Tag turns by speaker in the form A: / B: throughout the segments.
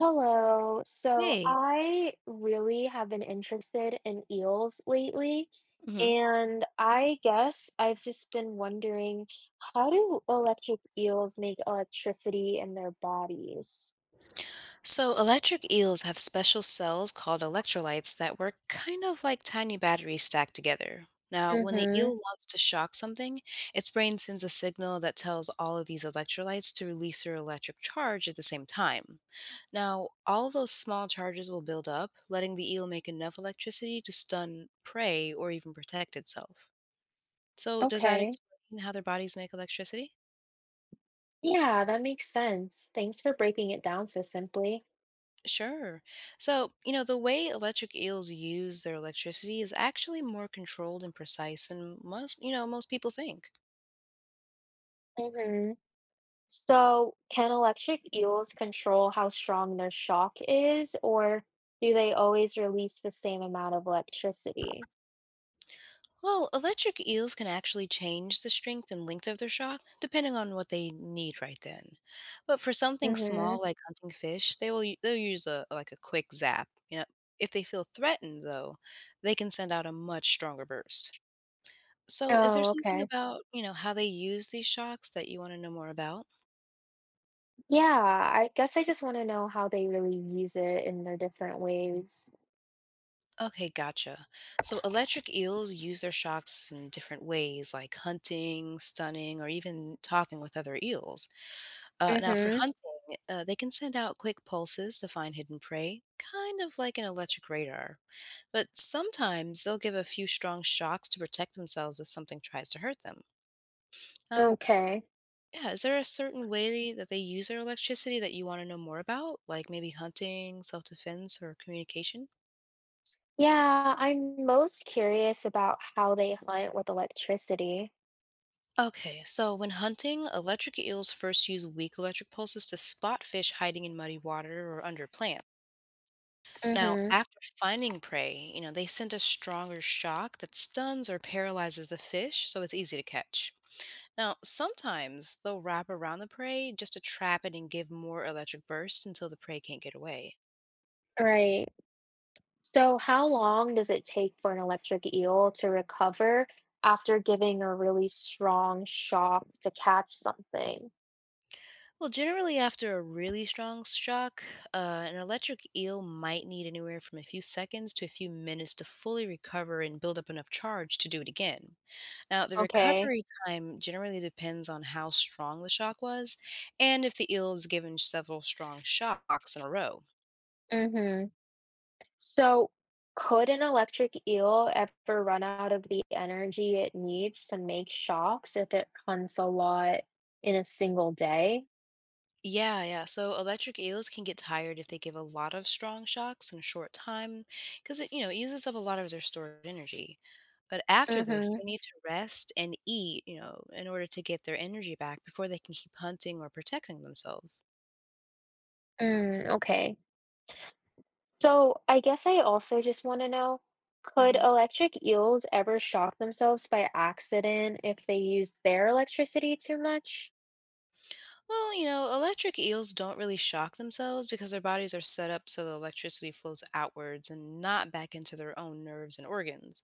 A: Hello. So
B: Hey,
A: I really have been interested in eels lately,
B: hmm
A: and I guess I've just been wondering, how do electric eels make electricity in their bodies?
B: so, electric eels have special cells called electrolytes that work kind of like tiny batteries stacked together. Now, when the eel
A: Mm-hmm.
B: wants to shock something, its brain sends a signal that tells all of these electrolytes to release their electric charge at the same time. Now, all those small charges will build up, letting the eel make enough electricity to stun prey or even protect itself. So, does that
A: Okay.
B: explain how their bodies make electricity?
A: Yeah, that makes sense. Thanks for breaking it down so simply.
B: Sure. So, the way electric eels use their electricity is actually more controlled and precise than most, most people think.
A: Hmm. So, can electric eels control how strong their shock is, or do they always release the same amount of electricity?
B: Well, electric eels can actually change the strength and length of their shock depending on what they need right then. But for something small like hunting fish, they'll use a like a quick zap. If they feel threatened though, they can send out a much stronger burst. So, is there
A: Oh,
B: something
A: okay.
B: about, how they use these shocks that you want to know more about?
A: Yeah, I guess I just want to know how they really use it in their different ways.
B: Okay, gotcha. So electric eels use their shocks in different ways, like hunting, stunning, or even talking with other eels. Now, for
A: Hmm.
B: hunting, they can send out quick pulses to find hidden prey, kind of like an electric radar. But sometimes they'll give a few strong shocks to protect themselves if something tries to hurt them. Now,
A: Okay.
B: yeah, is there a certain way that they use their electricity that you want to know more about, like maybe hunting, self defense, or communication?
A: Yeah, I'm most curious about how they hunt with electricity.
B: Okay, so when hunting, electric eels first use weak electric pulses to spot fish hiding in muddy water or under plants. Now,
A: Hmm.
B: after finding prey, they send a stronger shock that stuns or paralyzes the fish, so it's easy to catch. Now, sometimes they'll wrap around the prey just to trap it and give more electric bursts until the prey can't get away.
A: Right. So, how long does it take for an electric eel to recover after giving a really strong shock to catch something?
B: Well, generally, after a really strong shock, an electric eel might need anywhere from a few seconds to a few minutes to fully recover and build up enough charge to do it again. Now, the
A: Okay.
B: recovery time generally depends on how strong the shock was and if the eel is given several strong shocks in a row.
A: Hmm. So, could an electric eel ever run out of the energy it needs to make shocks if it hunts a lot in a single day?
B: Yeah, yeah. So electric eels can get tired if they give a lot of strong shocks in a short time because it uses up a lot of their stored energy. But after this,
A: Mm-hmm.
B: they need to rest and eat, in order to get their energy back before they can keep hunting or protecting themselves.
A: Mm, okay. So, I guess I also just want to know, could
B: hmm
A: electric eels ever shock themselves by accident if they use their electricity too much?
B: Well, electric eels don't really shock themselves because their bodies are set up so the electricity flows outwards and not back into their own nerves and organs.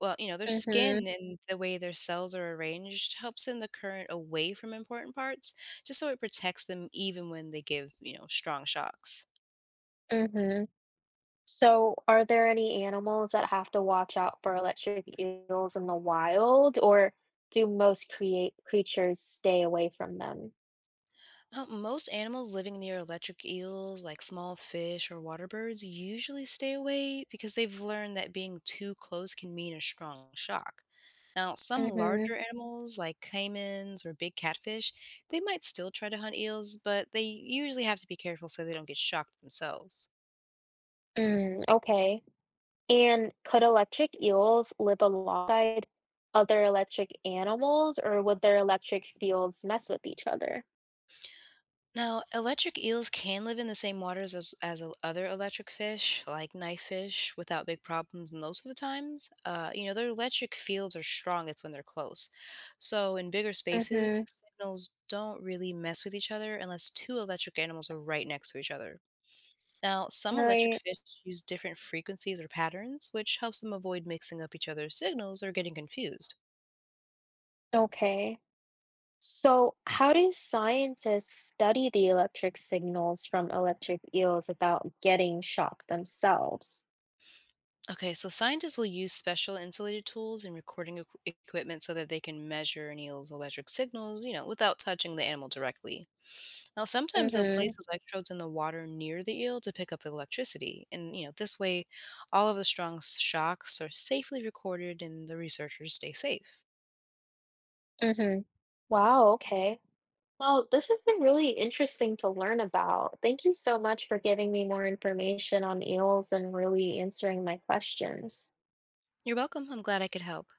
B: Well, their
A: Mm-hmm.
B: skin and the way their cells are arranged helps send the current away from important parts, just so it protects them even when they give, strong shocks.
A: Mm-hmm. So, are there any animals that have to watch out for electric eels in the wild, or do most create creatures stay away from them?
B: Most animals living near electric eels, like small fish or water birds, usually stay away because they've learned that being too close can mean a strong shock. Now, some
A: Hmm.
B: larger animals, like caimans or big catfish, they might still try to hunt eels, but they usually have to be careful so they don't get shocked themselves.
A: Mm, okay. And could electric eels live alongside other electric animals, or would their electric fields mess with each other?
B: Now, electric eels can live in the same waters as, other electric fish, like knife fish, without big problems most of the times. Their electric fields are strongest when they're close. So, in bigger spaces,
A: Mm-hmm.
B: signals don't really mess with each other unless two electric animals are right next to each other. Now, some electric
A: Right.
B: fish use different frequencies or patterns, which helps them avoid mixing up each other's signals or getting confused.
A: Okay. So, how do scientists study the electric signals from electric eels without getting shocked themselves?
B: Okay, so scientists will use special insulated tools and recording equipment so that they can measure an eel's electric signals, without touching the animal directly. Now, sometimes they'll
A: Mhm,
B: place electrodes in the water near the eel to pick up the electricity, and this way, all of the strong shocks are safely recorded and the researchers stay safe.
A: mhm. Wow, okay. Well, this has been really interesting to learn about. Thank you so much for giving me more information on eels and really answering my questions.
B: You're welcome. I'm glad I could help.